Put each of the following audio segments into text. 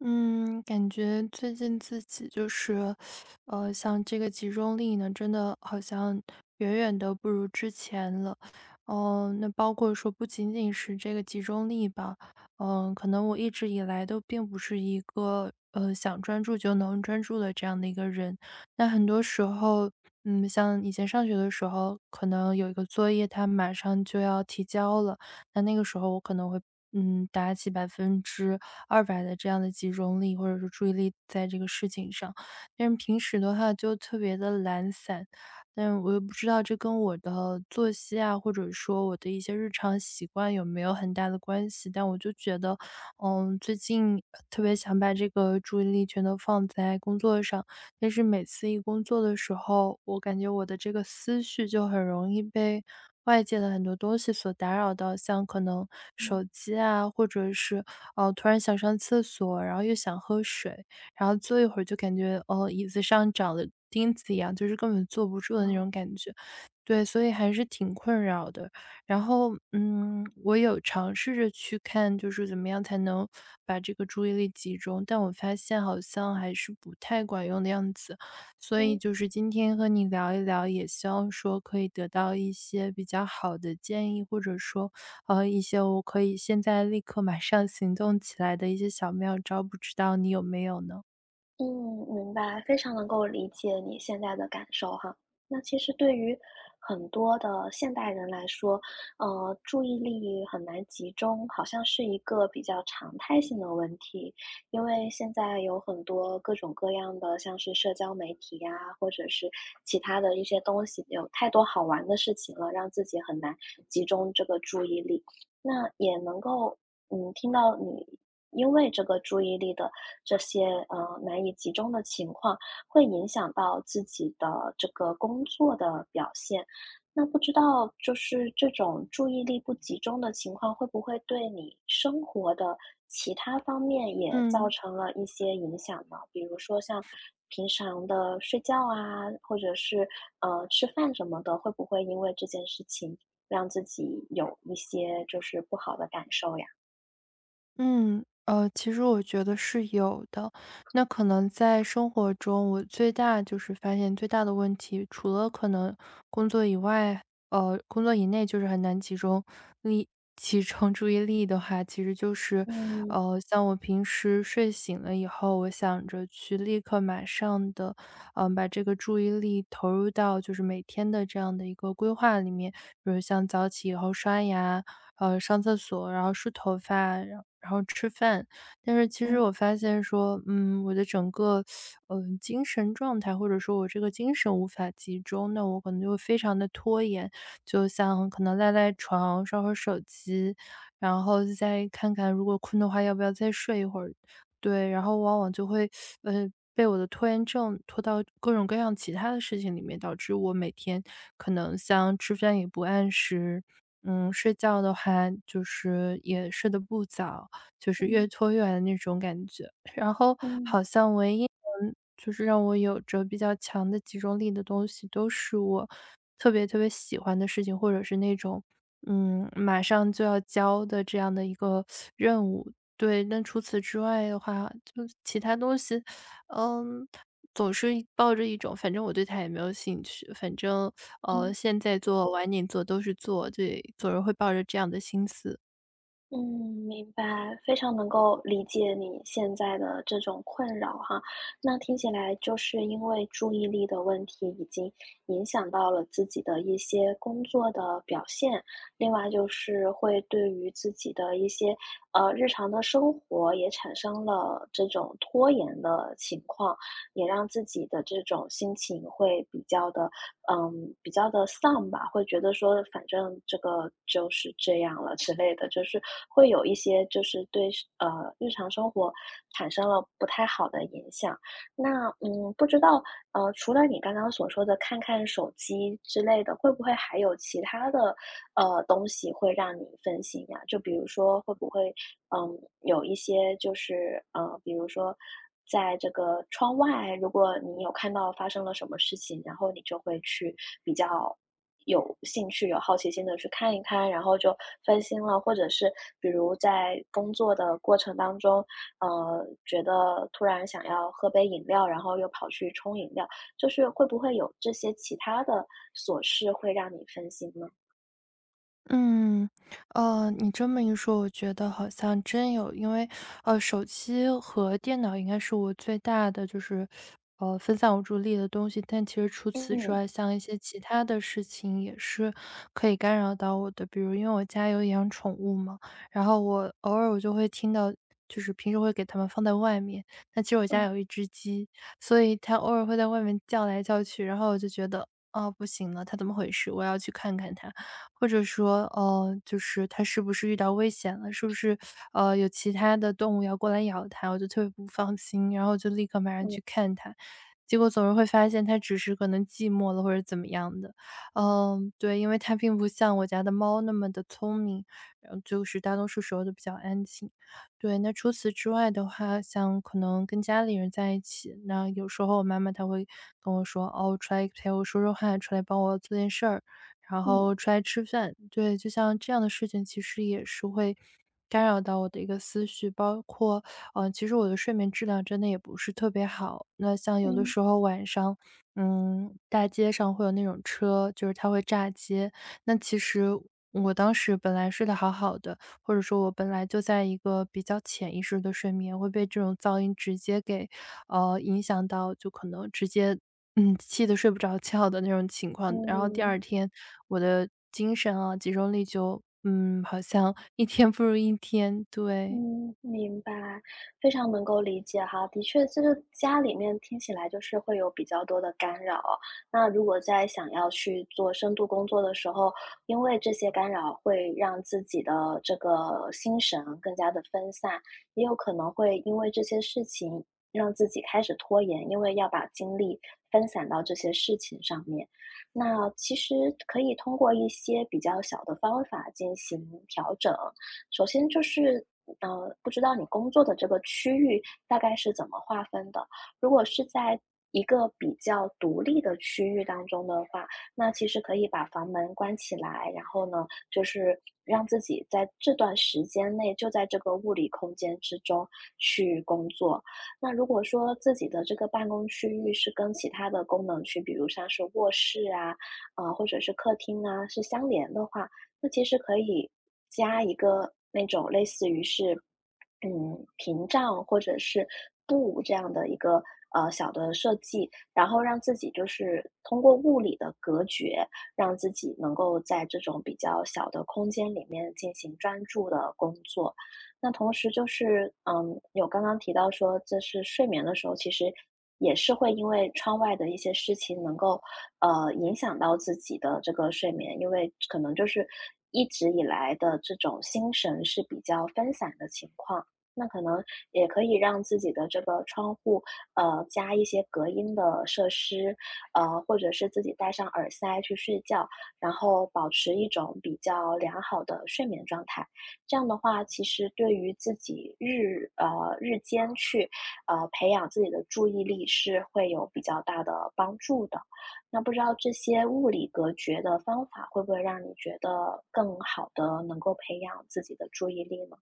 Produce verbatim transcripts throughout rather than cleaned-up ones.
嗯，感觉最近自己就是，呃，像这个集中力呢，真的好像远远的不如之前了。嗯、那包括说不仅仅是这个集中力吧，嗯、可能我一直以来都并不是一个呃想专注就能专注的这样的一个人。那很多时候，嗯，像以前上学的时候，可能有一个作业，它马上就要提交了。那那个时候我可能会，嗯，打起百分之二百的这样的集中力，或者是注意力在这个事情上。但是平时的话就特别的懒散，但我又不知道这跟我的作息啊，或者说我的一些日常习惯有没有很大的关系。但我就觉得，嗯，最近特别想把这个注意力全都放在工作上，但是每次一工作的时候，我感觉我的这个思绪就很容易被外界的很多东西所打扰到，像可能手机啊，或者是哦，突然想上厕所，然后又想喝水，然后坐一会儿就感觉哦，椅子上长了钉子一样，就是根本坐不住的那种感觉。对，所以还是挺困扰的。然后，嗯，我有尝试着去看，就是怎么样才能把这个注意力集中，但我发现好像还是不太管用的样子。所以就是今天和你聊一聊，也希望说可以得到一些比较好的建议，或者说，呃，一些我可以现在立刻马上行动起来的一些小妙招，不知道你有没有呢？嗯，明白，非常能够理解你现在的感受哈。那其实对于很多的现代人来说，呃，注意力很难集中，好像是一个比较常态性的问题。因为现在有很多各种各样的，像是社交媒体呀，或者是其他的一些东西，有太多好玩的事情了，让自己很难集中这个注意力。那也能够，嗯，听到你因为这个注意力的这些呃难以集中的情况，会影响到自己的这个工作的表现。那不知道就是这种注意力不集中的情况，会不会对你生活的其他方面也造嗯。成了一些影响呢？比如说像平常的睡觉啊，或者是呃吃饭什么的，会不会因为这件事情让自己有一些就是不好的感受呀？嗯，呃，其实我觉得是有的。那可能在生活中，我最大就是发现最大的问题，除了可能工作以外，呃，工作以内就是很难集中力、集中注意力的话，其实就是，嗯呃，像我平时睡醒了以后，我想着去立刻马上的，嗯、把这个注意力投入到就是每天的这样的一个规划里面，比如像早起以后刷牙，呃，上厕所，然后梳头发，然后然后吃饭。但是其实嗯我发现说，嗯，我的整个，嗯，精神状态，或者说我这个精神无法集中，那我可能就会非常的拖延。就像可能赖赖床，刷会儿手机，然后再看看如果困的话要不要再睡一会儿。对，然后往往就会，呃，被我的拖延症拖到各种各样其他的事情里面，导致我每天可能像吃饭也不按时，嗯，睡觉的话就是也睡得不早，就是嗯越拖越晚的那种感觉。然后嗯好像唯一能就是让我有着比较强的集中力的东西，都是我特别特别喜欢的事情，或者是那种嗯，马上就要交的这样的一个任务。对，那除此之外的话，就其他东西，嗯，总是一抱着一种反正我对他也没有兴趣，反正，呃，嗯。现在做晚点做都是做，对，总是会抱着这样的心思。嗯，明白，非常能够理解你现在的这种困扰哈。那听起来就是因为注意力的问题已经影响到了自己的一些工作的表现，另外就是会对于自己的一些呃日常的生活也产生了这种拖延的情况，也让自己的这种心情会比较的嗯，比较的丧吧，会觉得说反正这个就是这样了之类的，就是会有一些就是对呃，日常生活产生了不太好的影响。那，嗯，不知道，呃，除了你刚刚所说的看看手机之类的，会不会还有其他的，呃，东西会让你分心呀？就比如说会不会嗯，有一些就是，呃，比如说在这个窗外，如果你有看到发生了什么事情，然后你就会去比较有兴趣、有好奇心的去看一看，然后就分心了。或者是比如在工作的过程当中，呃，觉得突然想要喝杯饮料，然后又跑去冲饮料，就是会不会有这些其他的琐事会让你分心呢？嗯，呃，你这么一说，我觉得好像真有，因为呃，手机和电脑应该是我最大的就是，呃，分散我注意力的东西。但其实除此之嗯，外，像一些其他的事情也是可以干扰到我的，比如因为我家有养宠物嘛，然后我偶尔我就会听到，就是平时会给它们放在外面，那其实我家嗯有一只鸡，所以它偶尔会在外面叫来叫去，然后我就觉得。哦，不行了，它怎么回事？我要去看看它。或者说，呃，就是它是不是遇到危险了，是不是呃有其他的动物要过来咬它，我就特别不放心，然后就立刻马上嗯去看它。结果总是会发现它只是可能寂寞了或者怎么样的，嗯，对，因为它并不像我家的猫那么的聪明，然后就是大多数时候都比较安静。对，那除此之外的话，像可能跟家里人在一起，那有时候我妈妈她会跟我说："哦，出来陪我说说话，出来帮我做件事儿。"然后嗯出来吃饭。对，就像这样的事情，其实也是会干扰到我的一个思绪，包括，嗯，其实我的睡眠质量真的也不是特别好。那像有的嗯时候晚上，嗯，大街上会有那种车，就是它会炸街。那其实我当时本来睡得好好的，或者说我本来就在一个比较潜意识的睡眠，会被这种噪音直接给，呃，影响到，就可能直接嗯，气得睡不着觉的那种情况。然后第嗯。二天，我的精神啊，集中力就嗯，好像一天不如一天，对。嗯，明白，非常能够理解哈。的确，就是家里面听起来就是会有比较多的干扰。那如果在想要去做深度工作的时候，因为这些干扰会让自己的这个心神更加的分散，也有可能会因为这些事情让自己开始拖延，因为要把精力分散到这些事情上面。那其实可以通过一些比较小的方法进行调整。首先就是，呃，不知道你工作的这个区域大概是怎么划分的？如果是在一个比较独立的区域当中的话，那其实可以把房门关起来，然后呢，就是让自己在这段时间内就在这个物理空间之中去工作。那如果说自己的这个办公区域是跟其他的功能区，比如像是卧室啊，啊或者是客厅啊，是相连的话，那其实可以加一个那种类似于是，嗯，屏障或者是布这样的一个呃小的设计，然后让自己就是通过物理的隔绝，让自己能够在这种比较小的空间里面进行专注的工作。那同时就是，嗯，有刚刚提到说，这是睡眠的时候，其实也是会因为窗外的一些事情能够呃，影响到自己的这个睡眠，因为可能就是一直以来的这种心神是比较分散的情况。那可能也可以让自己的这个窗户，呃，加一些隔音的设施，呃，或者是自己戴上耳塞去睡觉，然后保持一种比较良好的睡眠状态。这样的话，其实对于自己日呃日间去呃培养自己的注意力是会有比较大的帮助的。那不知道这些物理隔绝的方法，会不会让你觉得更好的，能够培养自己的注意力呢？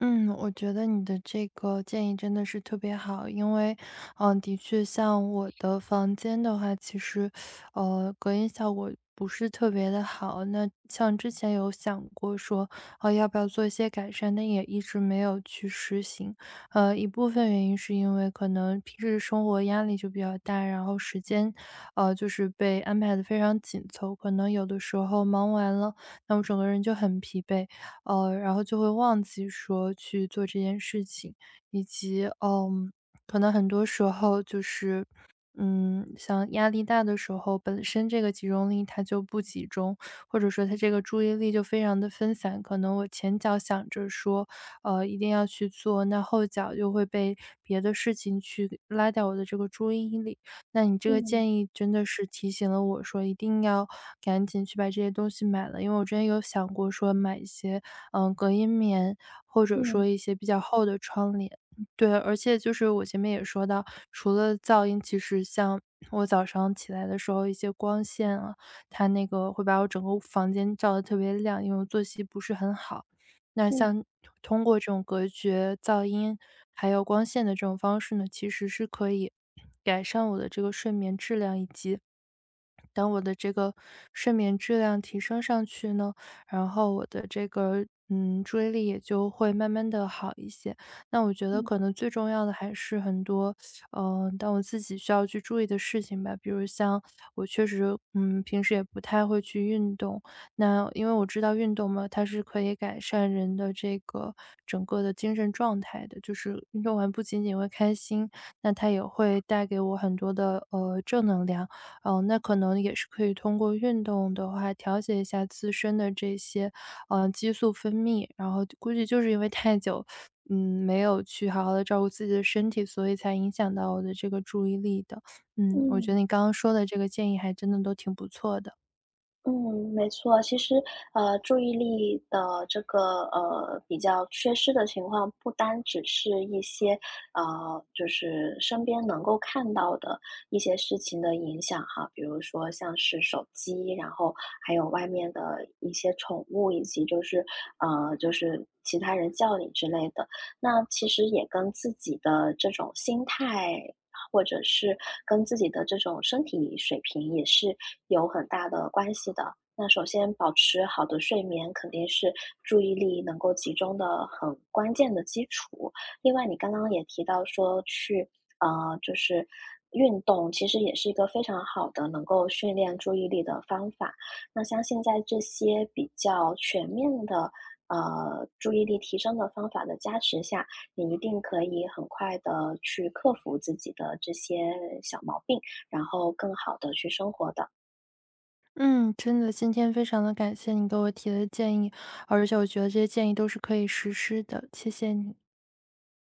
嗯，我觉得你的这个建议真的是特别好，因为，嗯，的确，像我的房间的话，其实，呃，隔音效果不是特别的好。那像之前有想过说，呃，要不要做一些改善，但也一直没有去实行。呃，一部分原因是因为可能平时生活压力就比较大，然后时间，呃，就是被安排的非常紧凑，可能有的时候忙完了，那我整个人就很疲惫。呃，然后就会忘记说去做这件事情，以及嗯，可能很多时候就是，嗯，像压力大的时候，本身这个集中力它就不集中，或者说它这个注意力就非常的分散。可能我前脚想着说，呃，一定要去做，那后脚又会被别的事情去拉掉我的这个注意力。那你这个嗯，建议真的是提醒了我说，一定要赶紧去把这些东西买了。因为我之前有想过说买一些，嗯，隔音棉，或者嗯，说一些比较厚的窗帘。对，而且就是我前面也说到，除了噪音，其实像我早上起来的时候，一些光线啊，它那个会把我整个房间照得特别亮，因为我作息不是很好。那嗯，像通过这种隔绝噪音，还有光线的这种方式呢，其实是可以改善我的这个睡眠质量，以及当我的这个睡眠质量提升上去呢，然后我的这个嗯注意力也就会慢慢的好一些。那我觉得嗯，可能最重要的还是很多，嗯、但我自己需要去注意的事情吧，比如像我确实嗯平时也不太会去运动，那因为我知道运动嘛，它是可以改善人的这个整个的精神状态的，就是运动完不仅仅会开心，那它也会带给我很多的呃正能量。呃，那可能也是可以通过运动的话，调节一下自身的这些，呃，激素分泌。然后估计就是因为太久，嗯，没有去好好的照顾自己的身体，所以才影响到我的这个注意力的。嗯，我觉嗯。得你刚刚说的这个建议还真的都挺不错的。嗯，没错。其实，呃，注意力的这个呃比较缺失的情况，不单只是一些呃，就是身边能够看到的一些事情的影响哈，比如说像是手机，然后还有外面的一些宠物，以及就是呃，就是其他人叫你之类的。那其实也跟自己的这种心态，或者是跟自己的这种身体水平也是有很大的关系的。那首先保持好的睡眠肯定是注意力能够集中的很关键的基础。另外，你刚刚也提到说去，呃，就是运动，其实也是一个非常好的能够训练注意力的方法。那相信在这些比较全面的呃注意力提升的方法的加持下，你一定可以很快的去克服自己的这些小毛病，然后更好的去生活的。嗯，真的，今天非常的感谢你给我提的建议，而且我觉得这些建议都是可以实施的，谢谢你。